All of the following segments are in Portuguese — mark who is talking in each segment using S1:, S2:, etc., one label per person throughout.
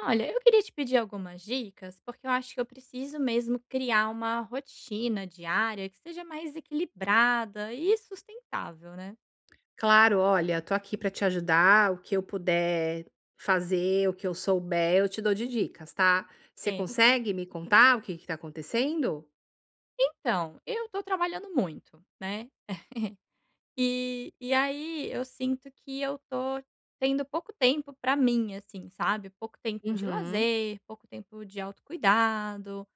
S1: Olha, eu queria te pedir algumas dicas, porque eu acho que eu preciso mesmo criar uma rotina diária que seja mais equilibrada e sustentável, né.
S2: Claro, olha, tô aqui para te ajudar, o que eu puder fazer, o que eu souber, eu te dou de dicas, tá. Você
S1: É.
S2: consegue me contar o que tá acontecendo?
S1: Então, eu tô trabalhando muito, né, e aí eu sinto que eu tô tendo pouco tempo pra mim, assim, sabe, pouco tempo de
S2: Uhum,
S1: lazer, pouco tempo de autocuidado.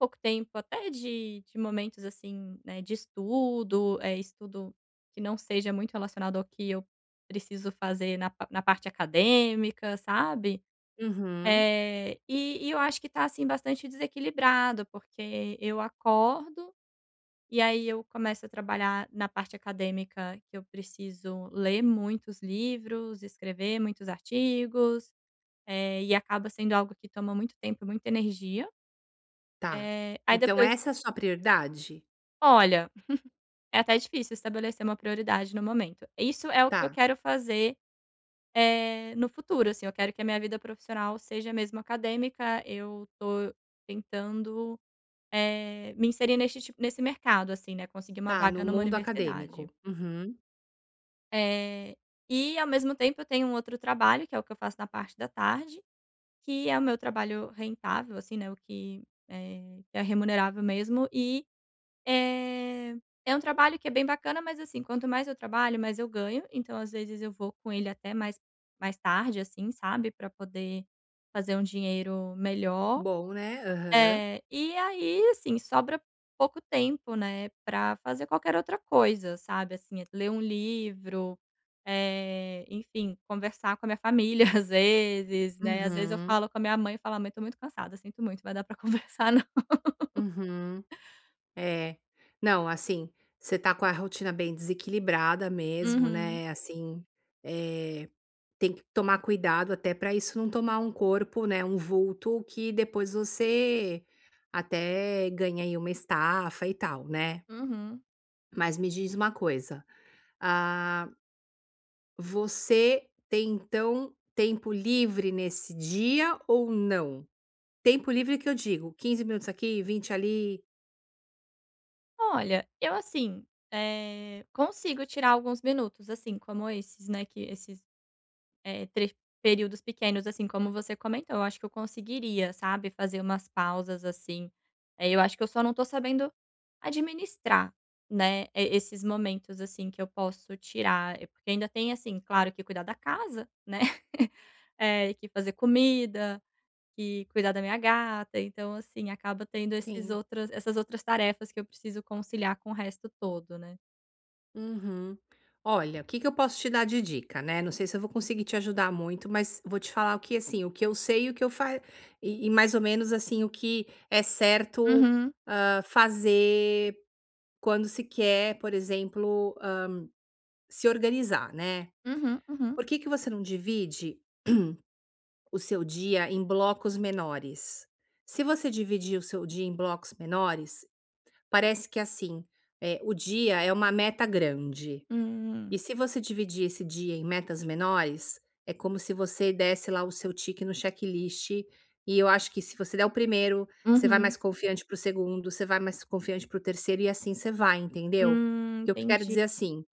S1: Pouco tempo, até de momentos, assim, né, de estudo, é estudo que não seja muito relacionado ao que eu preciso fazer na parte acadêmica, sabe.
S2: uhum,
S1: E eu acho que tá, assim, bastante desequilibrado, porque eu acordo e aí eu começo a trabalhar na parte acadêmica, que eu preciso ler muitos livros, escrever muitos artigos, e acaba sendo algo que toma muito tempo e muita energia.
S2: tá.
S1: Aí
S2: Então
S1: depois,
S2: essa é a sua prioridade?
S1: olha, é até difícil estabelecer uma prioridade no momento. Isso é o que
S2: Tá,
S1: eu quero fazer, no futuro, assim, eu quero que a minha vida profissional seja mesmo acadêmica, eu tô tentando, me inserir neste tipo nesse mercado, assim, né, conseguir uma
S2: tá, no
S1: vaga numa
S2: mundo acadêmico.
S1: universidade.
S2: Uhum.
S1: Eh, e ao mesmo tempo eu tenho um outro trabalho, que é o que eu faço na parte da tarde, que é o meu trabalho rentável, assim, né, o que, que é remunerável mesmo e É, é um trabalho que é bem bacana, mas assim, quanto mais eu trabalho, mais eu ganho, então às vezes eu vou com ele até mais tarde, assim, sabe, pra poder fazer um dinheiro melhor.
S2: Bom, né. Aham.
S1: É, e aí, assim, sobra pouco tempo, né, pra fazer qualquer outra coisa, sabe, assim, é ler um livro, enfim, conversar com a minha família às vezes, né, às vezes eu
S2: Uhum,
S1: falo com a minha mãe e falo: "Ah, mãe, tô muito cansada, sinto muito, vai dar pra conversar não".
S2: uhum. É. Não, assim, você tá com a rotina bem desequilibrada mesmo,
S1: Uhum,
S2: né, assim, eh, tem que tomar cuidado até pra isso não tomar um corpo, né, um vulto que depois você até ganha aí uma estafa e tal, né.
S1: uhum.
S2: Mas me diz uma coisa, ah, você tem então tempo livre nesse dia ou não? Tempo livre que eu digo, 15 minutos aqui, 20 ali?
S1: Olha, eu assim, consigo tirar alguns minutos, assim, como esses, né, que esses, eh, tre períodos pequenos, assim, como você comentou, eu acho que eu conseguiria, sabe, fazer umas pausas, assim. Eu acho que eu só não tô sabendo administrar, né, e esses momentos, assim, que eu posso tirar, porque ainda tem, assim, claro que cuidar da casa, né, que fazer comida, que cuidar da minha gata, então assim, acaba tendo esses
S2: Sim.
S1: outras essas outras tarefas que eu preciso conciliar com o resto todo, né.
S2: Uhum. Olha, o que que eu posso te dar de dica, né? Não sei se eu vou conseguir te ajudar muito, mas vou te falar o que assim, o que eu sei, e o que eu faço e mais ou menos assim o que é certo
S1: Uhum,
S2: fazer quando se quer, por exemplo, se organizar, né?
S1: uhum, uhum.
S2: Por que você não divide o seu dia em blocos menores? Se você dividir o seu dia em blocos menores, parece que assim, é, o dia é uma meta grande. E
S1: Hum,
S2: se você dividir esse dia em metas menores, é como se você desse lá o seu tique no checklist, e eu acho que se você der o primeiro, você vai mais
S1: uhum.
S2: confiante para o segundo, você vai mais confiante para o terceiro e assim você vai, entendeu? O que eu quero
S1: Entendi.
S2: dizer assim,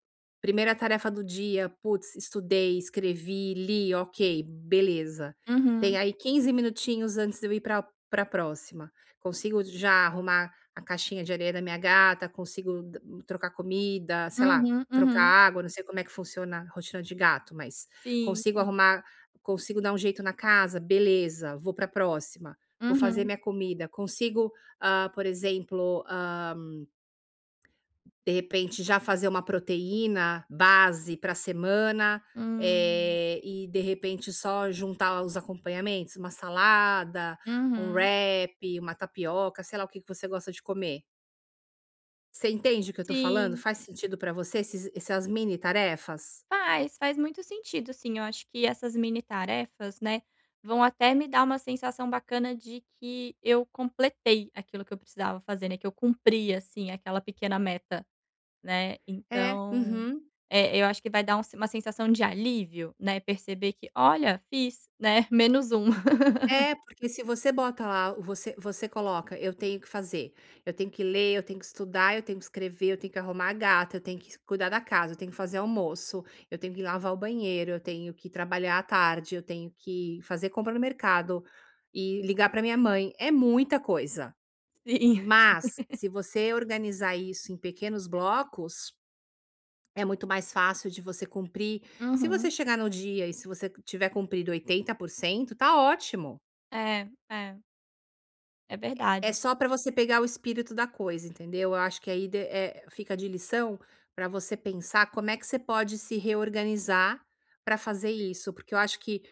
S2: primeira tarefa do dia, putz, estudei, escrevi, li, ok, beleza. Tem
S1: Uhum,
S2: aí 15 minutinhos antes de eu ir para a próxima. Consigo já arrumar a caixinha de areia da minha gata, consigo trocar comida, sei lá,
S1: uhum,
S2: trocar
S1: uhum.
S2: água, não sei como é que funciona a rotina de gato, mas
S1: Sim,
S2: consigo
S1: sim.
S2: arrumar consigo dar um jeito na casa, beleza, vou para a próxima, vou fazer
S1: Uhum,
S2: minha comida, consigo, por exemplo, de repente já fazer uma proteína base para a semana,
S1: hum,
S2: e de repente só juntar os acompanhamentos, uma salada, um
S1: uhum.
S2: wrap, uma tapioca, sei lá o que que você gosta de comer. Você entende o que eu estou falando?
S1: Sim,
S2: Faz sentido para você esses essas mini tarefas?
S1: faz muito sentido sim. Eu acho que essas mini tarefas, né, vão até me dar uma sensação bacana de que eu completei aquilo que eu precisava fazer, né, que eu cumpri, assim, aquela pequena meta. Né,
S2: É,
S1: então,
S2: uhum.
S1: eu acho que vai dar um se- uma sensação de alívio, né, perceber que: "Olha, fiz, né, menos um
S2: É, porque se você bota lá, você coloca: "Eu tenho que fazer, eu tenho que ler, eu tenho que estudar, eu tenho que escrever, eu tenho que arrumar a gata, eu tenho que cuidar da casa, eu tenho que fazer almoço, eu tenho que lavar o banheiro, eu tenho que trabalhar à tarde, eu tenho que fazer compra no mercado e ligar para minha mãe". É muita coisa,
S1: Sim.
S2: mas se você organizar isso em pequenos blocos, é muito mais fácil de você cumprir. Se você
S1: Uhum.
S2: chegar no dia e se você tiver cumprido 80%, tá ótimo.
S1: É, é, é
S2: É
S1: verdade.
S2: só para você pegar o espírito da coisa, entendeu? Eu acho que aí fica de lição para você pensar como é que você pode se reorganizar para fazer isso, porque eu acho que,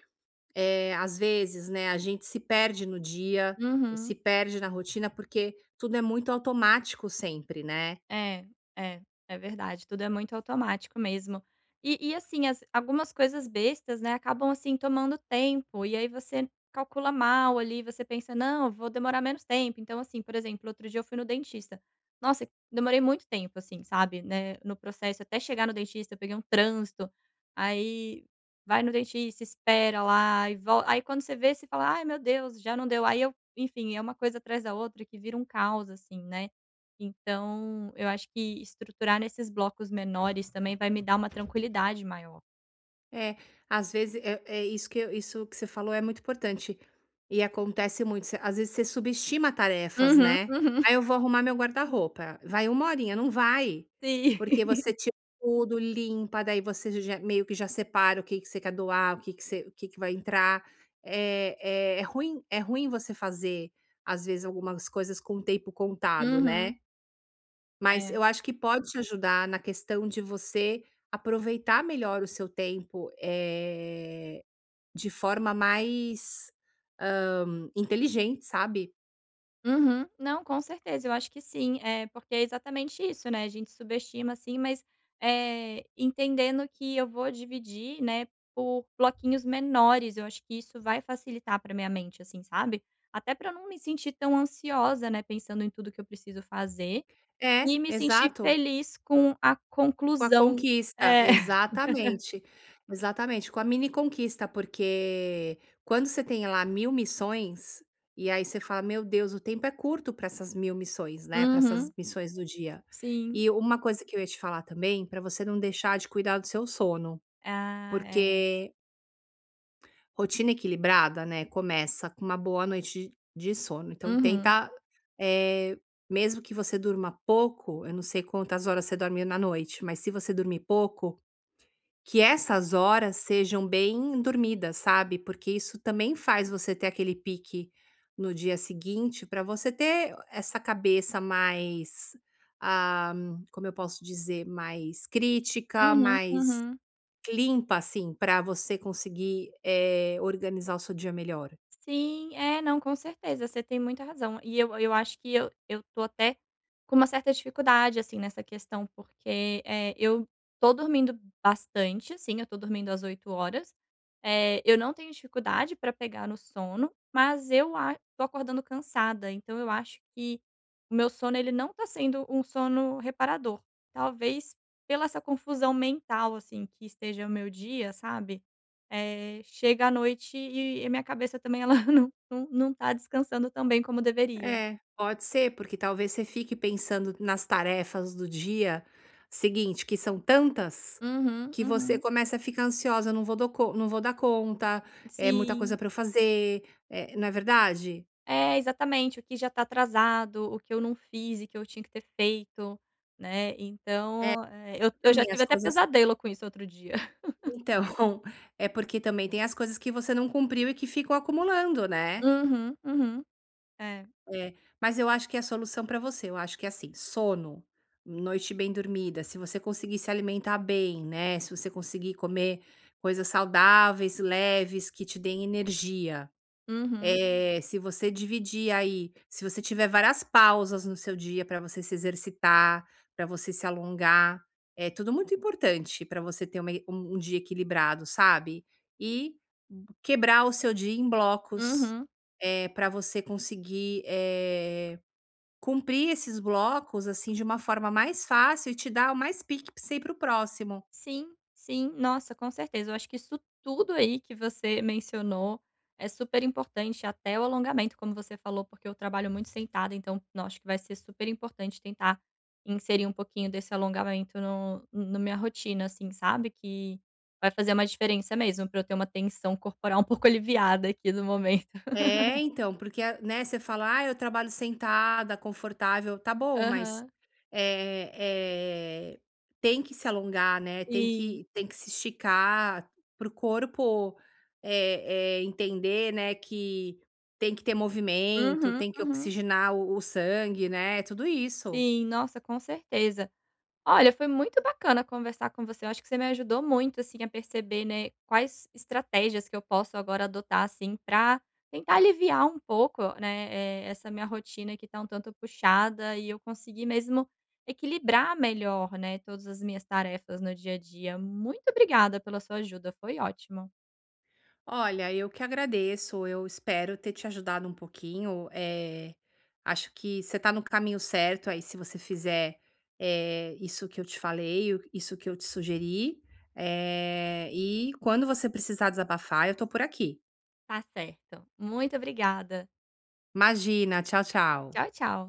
S2: às vezes, né, a gente se perde no dia, se
S1: Uhum.
S2: perde na rotina, porque tudo é muito automático sempre, né?
S1: É, é, é verdade, tudo é muito automático mesmo. E assim, as algumas coisas bestas, né, acabam, assim, tomando tempo, e aí você calcula mal ali, você pensa: "Não, vou demorar menos tempo". Então, assim, por exemplo, outro dia eu fui no dentista. Nossa, demorei muito tempo, assim, sabe, né, no processo até chegar no dentista, eu peguei um trânsito, aí vai no dentista, espera lá e volta. Aí quando você vê, você fala: "Ai, meu Deus, já não deu". Aí eu enfim, é uma coisa atrás da outra que vira um caos, assim, né. Então, eu acho que estruturar nesses blocos menores também vai me dar uma tranquilidade maior.
S2: É, às vezes é isso que você falou é muito importante, e acontece muito, você às vezes você subestima tarefas,
S1: Uhum,
S2: né.
S1: uhum.
S2: Aí eu vou arrumar meu guarda-roupa", vai uma horinha, não vai,
S1: Sim.
S2: porque você tira tudo, limpa, daí você já meio que já separa o que que você quer doar, o que que vai entrar. é é ruim você fazer, às vezes, algumas coisas com o tempo contado, né.
S1: Uhum.
S2: Mas
S1: É.
S2: eu acho que pode te ajudar na questão de você aproveitar melhor o seu tempo, de forma mais, inteligente, sabe.
S1: Uhum. Não, com certeza, eu acho que sim. É, porque é exatamente isso, né, a gente subestima, assim, mas, entendendo que eu vou dividir, né, por bloquinhos menores, eu acho que isso vai facilitar para minha mente, assim, sabe. Até para eu não me sentir tão ansiosa, né, pensando em tudo que eu preciso fazer.
S2: É,
S1: E me senti
S2: exato.
S1: feliz com a
S2: Com a
S1: conclusão.
S2: conquista,
S1: É.
S2: exatamente, exatamente, com a mini conquista, porque quando você tem lá 1000 missões, e aí você fala: "Meu Deus, o tempo é curto para essas mil missões, né, para essas
S1: Uhum,
S2: missões do dia".
S1: sim.
S2: E uma coisa que eu ia te falar também, para você não deixar de cuidar do seu sono.
S1: Ah, é.
S2: Porque rotina equilibrada, né, começa com uma boa noite de sono. Então
S1: Uhum,
S2: tenta, eh, mesmo que você durma pouco, eu não sei quantas horas você dorme na noite, mas se você dormir pouco, que essas horas sejam bem dormidas, sabe, porque isso também faz você ter aquele pique no dia seguinte para você ter essa cabeça mais, ah, como eu posso dizer, mais crítica,
S1: uhum,
S2: mais
S1: uhum.
S2: limpa, assim, para você conseguir, organizar o seu dia melhor.
S1: Sim, é, não, com certeza, você tem muita razão. E eu acho que eu tô até com uma certa dificuldade, assim, nessa questão, porque, eu tô dormindo bastante, assim, eu tô dormindo às 8 horas eu não tenho dificuldade para pegar no sono, mas eu a tô acordando cansada, então eu acho que o meu sono, ele não tá sendo um sono reparador. Talvez pela essa confusão mental, assim, que esteja o meu dia, sabe? Chega à noite e a minha cabeça também ela não tá descansando tão bem como deveria.
S2: É, pode ser, porque talvez você fique pensando nas tarefas do dia seguinte, que são tantas,
S1: Uhum,
S2: que você
S1: uhum.
S2: começa a ficar ansiosa: não vou dar conta, é muita coisa
S1: Sim.
S2: para eu fazer", não é verdade?
S1: É, exatamente. O que já tá atrasado, o que eu não fiz e que eu tinha que ter feito, né.
S2: É.
S1: Então, eu já
S2: Também as
S1: tive até
S2: coisas
S1: pesadelo com isso outro dia.
S2: então, é porque também tem as coisas que você não cumpriu e que ficam acumulando, né?
S1: Uhum, uhum. É.
S2: É, mas eu acho que é a solução para você, eu acho que é assim, sono, noite bem dormida, se você conseguir se alimentar bem, né, se você conseguir comer coisas saudáveis, leves, que te deem energia.
S1: Uhum,
S2: Se você dividir aí, se você tiver várias pausas no seu dia para você se exercitar, para você se alongar, é tudo muito importante para você ter uma um um dia equilibrado, sabe. E quebrar o seu dia em blocos,
S1: uhum.
S2: para você conseguir, cumprir esses blocos, assim, de uma forma mais fácil e te dar mais pique pra ir para o próximo.
S1: Sim, sim. Nossa, com certeza. Eu acho que isso tudo aí que você mencionou é super importante, até o alongamento, como você falou, porque eu trabalho muito sentada, então no acho que vai ser super importante tentar inserir um pouquinho desse alongamento no na minha rotina, assim, sabe, que vai fazer uma diferença mesmo para eu ter uma tensão corporal um pouco aliviada aqui no momento.
S2: É, então, porque, a né, você fala: "Ah, eu trabalho sentada, confortável", tá bom, mas,
S1: Aham.
S2: eh eh, tem que se alongar, né, tem
S1: Sim.
S2: que tem que se esticar para o corpo, entender, né, que tem que ter movimento,
S1: Uhum,
S2: tem que
S1: uhum.
S2: oxigenar o sangue, né, tudo isso.
S1: Sim, nossa, com certeza. Olha, foi muito bacana conversar com você. Eu acho que você me ajudou muito, assim, a perceber, né, quais estratégias que eu posso agora adotar, assim, para tentar aliviar um pouco, né, essa minha rotina que tá um tanto puxada e eu conseguir mesmo equilibrar melhor, né, todas as minhas tarefas no dia a dia. Muito obrigada pela sua ajuda, foi ótimo.
S2: Olha, eu que agradeço. Eu espero ter te ajudado um pouquinho. Acho que você está no caminho certo aí, se você fizer isso que eu te falei, isso que eu te sugeri. E quando você precisar desabafar, eu tô por aqui.
S1: Tá certo. Muito obrigada.
S2: Imagina, tchau, tchau.
S1: Tchau, tchau.